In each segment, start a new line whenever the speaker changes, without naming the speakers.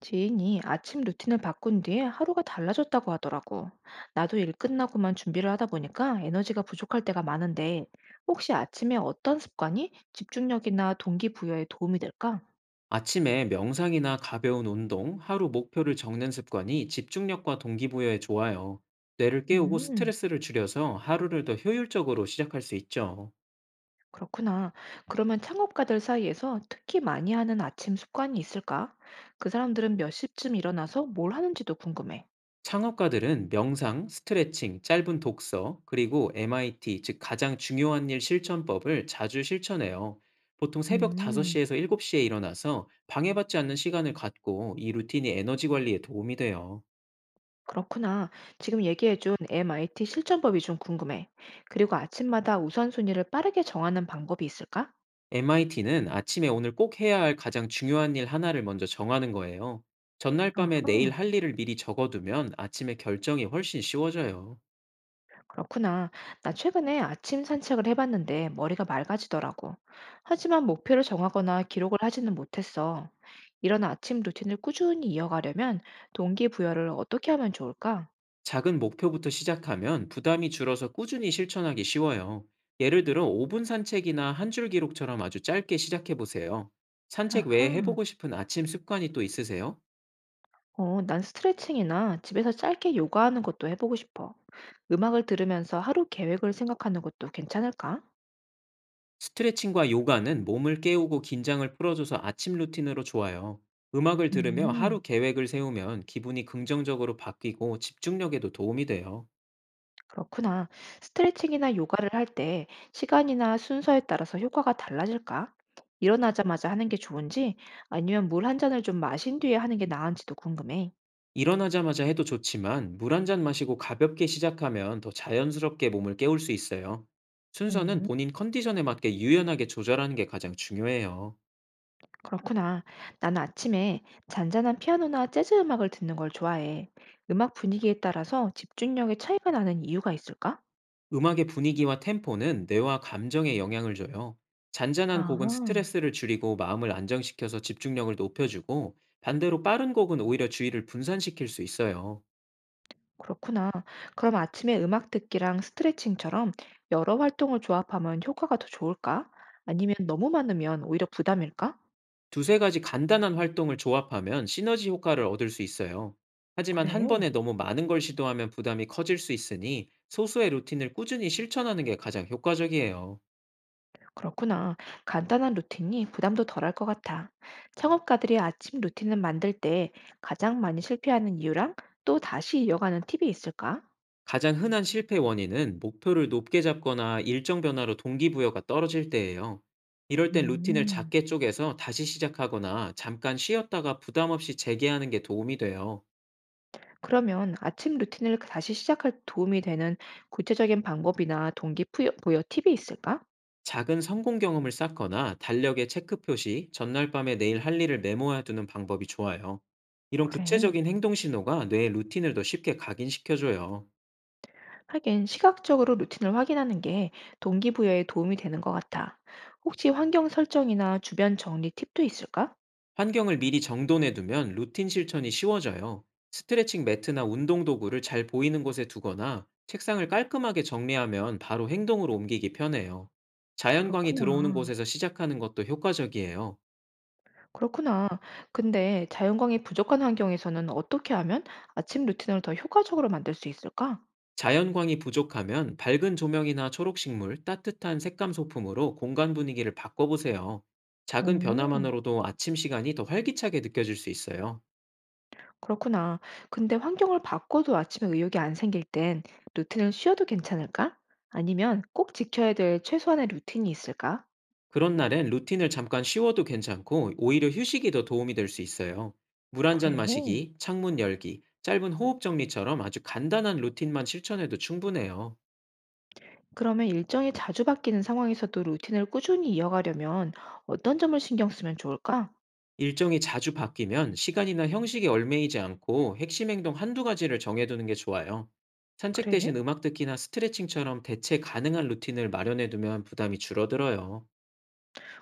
지인이 아침 루틴을 바꾼 뒤에 하루가 달라졌다고 하더라고. 나도 일 끝나고만 준비를 하다 보니까 에너지가 부족할 때가 많은데, 혹시 아침에 어떤 습관이 집중력이나 동기부여에 도움이 될까?
아침에 명상이나 가벼운 운동, 하루 목표를 적는 습관이 집중력과 동기부여에 좋아요. 뇌를 깨우고
음,
스트레스를 줄여서 하루를 더 효율적으로 시작할 수 있죠.
그렇구나. 그러면 창업가들 사이에서 특히 많이 하는 아침 습관이 있을까? 그 사람들은 몇 시쯤 일어나서 뭘 하는지도 궁금해.
창업가들은 명상, 스트레칭, 짧은 독서, 그리고 MIT, 즉 가장 중요한 일 실천법을 자주 실천해요. 보통 새벽
음.
5시에서 7시에 일어나서 방해받지 않는 시간을 갖고 이 루틴이 에너지 관리에 도움이 돼요.
그렇구나. 지금 얘기해준 MIT 실전법이 좀 궁금해. 그리고 아침마다 우선순위를 빠르게 정하는 방법이 있을까?
MIT는 아침에 오늘 꼭 해야 할 가장 중요한 일 하나를 먼저 정하는 거예요. 전날 밤에
어허,
내일 할 일을 미리 적어두면 아침에 결정이 훨씬 쉬워져요.
그렇구나. 나 최근에 아침 산책을 해봤는데 머리가 맑아지더라고. 하지만 목표를 정하거나 기록을 하지는 못했어. 이런 아침 루틴을 꾸준히 이어가려면 동기부여를 어떻게 하면 좋을까?
작은 목표부터 시작하면 부담이 줄어서 꾸준히 실천하기 쉬워요. 예를 들어 5분 산책이나 한줄 기록처럼 아주 짧게 시작해 보세요. 산책 외에
아하.
해보고 싶은 아침 습관이 또 있으세요?
어, 난 스트레칭이나 집에서 짧게 요가하는 것도 해보고 싶어. 음악을 들으면서 하루 계획을 생각하는 것도 괜찮을까?
스트레칭과 요가는 몸을 깨우고 긴장을 풀어줘서 아침 루틴으로 좋아요. 음악을 들으며 하루
음,
계획을 세우면 기분이 긍정적으로 바뀌고 집중력에도 도움이 돼요.
그렇구나. 스트레칭이나 요가를 할 때 시간이나 순서에 따라서 효과가 달라질까? 일어나자마자 하는 게 좋은지 아니면 물 한 잔을 좀 마신 뒤에 하는 게 나은지도 궁금해.
일어나자마자 해도 좋지만 물 한잔 마시고 가볍게 시작하면 더 자연스럽게 몸을 깨울 수 있어요. 순서는
음,
본인 컨디션에 맞게 유연하게 조절하는 게 가장 중요해요.
그렇구나. 나는 아침에 잔잔한 피아노나 재즈 음악을 듣는 걸 좋아해. 음악 분위기에 따라서 집중력에 차이가 나는 이유가 있을까?
음악의 분위기와 템포는 뇌와 감정에 영향을 줘요. 잔잔한
아.
곡은 스트레스를 줄이고 마음을 안정시켜서 집중력을 높여주고, 반대로 빠른 곡은 오히려 주의를 분산시킬 수 있어요.
그렇구나. 그럼 아침에 음악 듣기랑 스트레칭처럼 여러 활동을 조합하면 효과가 더 좋을까? 아니면 너무 많으면 오히려 부담일까?
두세 가지 간단한 활동을 조합하면 시너지 효과를 얻을 수 있어요. 하지만 한
그래,
번에 너무 많은 걸 시도하면 부담이 커질 수 있으니 소수의 루틴을 꾸준히 실천하는 게 가장 효과적이에요.
그렇구나. 간단한 루틴이 부담도 덜할 것 같아. 창업가들이 아침 루틴을 만들 때 가장 많이 실패하는 이유랑 또 다시 이어가는 팁이 있을까?
가장 흔한 실패 원인은 목표를 높게 잡거나 일정 변화로 동기부여가 떨어질 때예요. 이럴 땐 루틴을
음,
작게 쪼개서 다시 시작하거나 잠깐 쉬었다가 부담 없이 재개하는 게 도움이 돼요.
그러면 아침 루틴을 다시 시작할 도움이 되는 구체적인 방법이나 동기 부여 팁이 있을까?
작은 성공 경험을 쌓거나 달력에 체크 표시, 전날 밤에 내일 할 일을 메모해두는 방법이 좋아요. 이런
그래.
구체적인 행동 신호가 뇌의 루틴을 더 쉽게 각인시켜줘요.
하긴 시각적으로 루틴을 확인하는 게 동기부여에 도움이 되는 것 같아. 혹시 환경 설정이나 주변 정리 팁도 있을까?
환경을 미리 정돈해 두면 루틴 실천이 쉬워져요. 스트레칭 매트나 운동 도구를 잘 보이는 곳에 두거나 책상을 깔끔하게 정리하면 바로 행동으로 옮기기 편해요. 자연광이 들어오는
그렇구나.
곳에서 시작하는 것도 효과적이에요.
그렇구나. 근데 자연광이 부족한 환경에서는 어떻게 하면 아침 루틴을 더 효과적으로 만들 수 있을까?
자연광이 부족하면 밝은 조명이나 초록식물, 따뜻한 색감 소품으로 공간 분위기를 바꿔보세요. 작은
오,
변화만으로도 아침 시간이 더 활기차게 느껴질 수 있어요.
그렇구나. 근데 환경을 바꿔도 아침에 의욕이 안 생길 땐 루틴을 쉬어도 괜찮을까? 아니면 꼭 지켜야 될 최소한의 루틴이 있을까?
그런 날엔 루틴을 잠깐 쉬워도 괜찮고 오히려 휴식이 더 도움이 될 수 있어요. 물 한잔
그래.
마시기, 창문 열기, 짧은 호흡 정리처럼 아주 간단한 루틴만 실천해도 충분해요.
그러면 일정이 자주 바뀌는 상황에서도 루틴을 꾸준히 이어가려면 어떤 점을 신경 쓰면 좋을까?
일정이 자주 바뀌면 시간이나 형식에 얼매이지 않고 핵심 행동 한두 가지를 정해두는 게 좋아요. 산책
그래?
대신 음악 듣기나 스트레칭처럼 대체 가능한 루틴을 마련해두면 부담이 줄어들어요.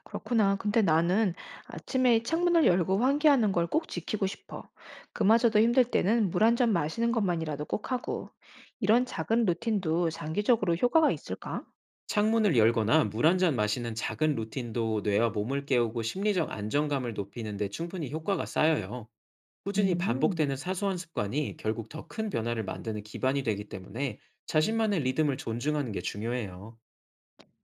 그렇구나. 근데 나는 아침에 창문을 열고 환기하는 걸 꼭 지키고 싶어. 그마저도 힘들 때는 물 한 잔 마시는 것만이라도 꼭 하고. 이런 작은 루틴도 장기적으로 효과가 있을까?
창문을 열거나 물 한잔 마시는 작은 루틴도 뇌와 몸을 깨우고 심리적 안정감을 높이는데 충분히 효과가 쌓여요. 꾸준히
음.
반복되는 사소한 습관이 결국 더 큰 변화를 만드는 기반이 되기 때문에 자신만의 리듬을 존중하는 게 중요해요.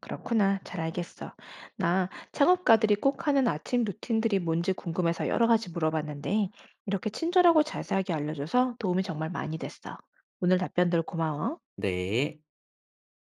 그렇구나. 잘 알겠어. 나 창업가들이 꼭 하는 아침 루틴들이 뭔지 궁금해서 여러 가지 물어봤는데, 이렇게 친절하고 자세하게 알려줘서 도움이 정말 많이 됐어. 오늘 답변들 고마워.
네.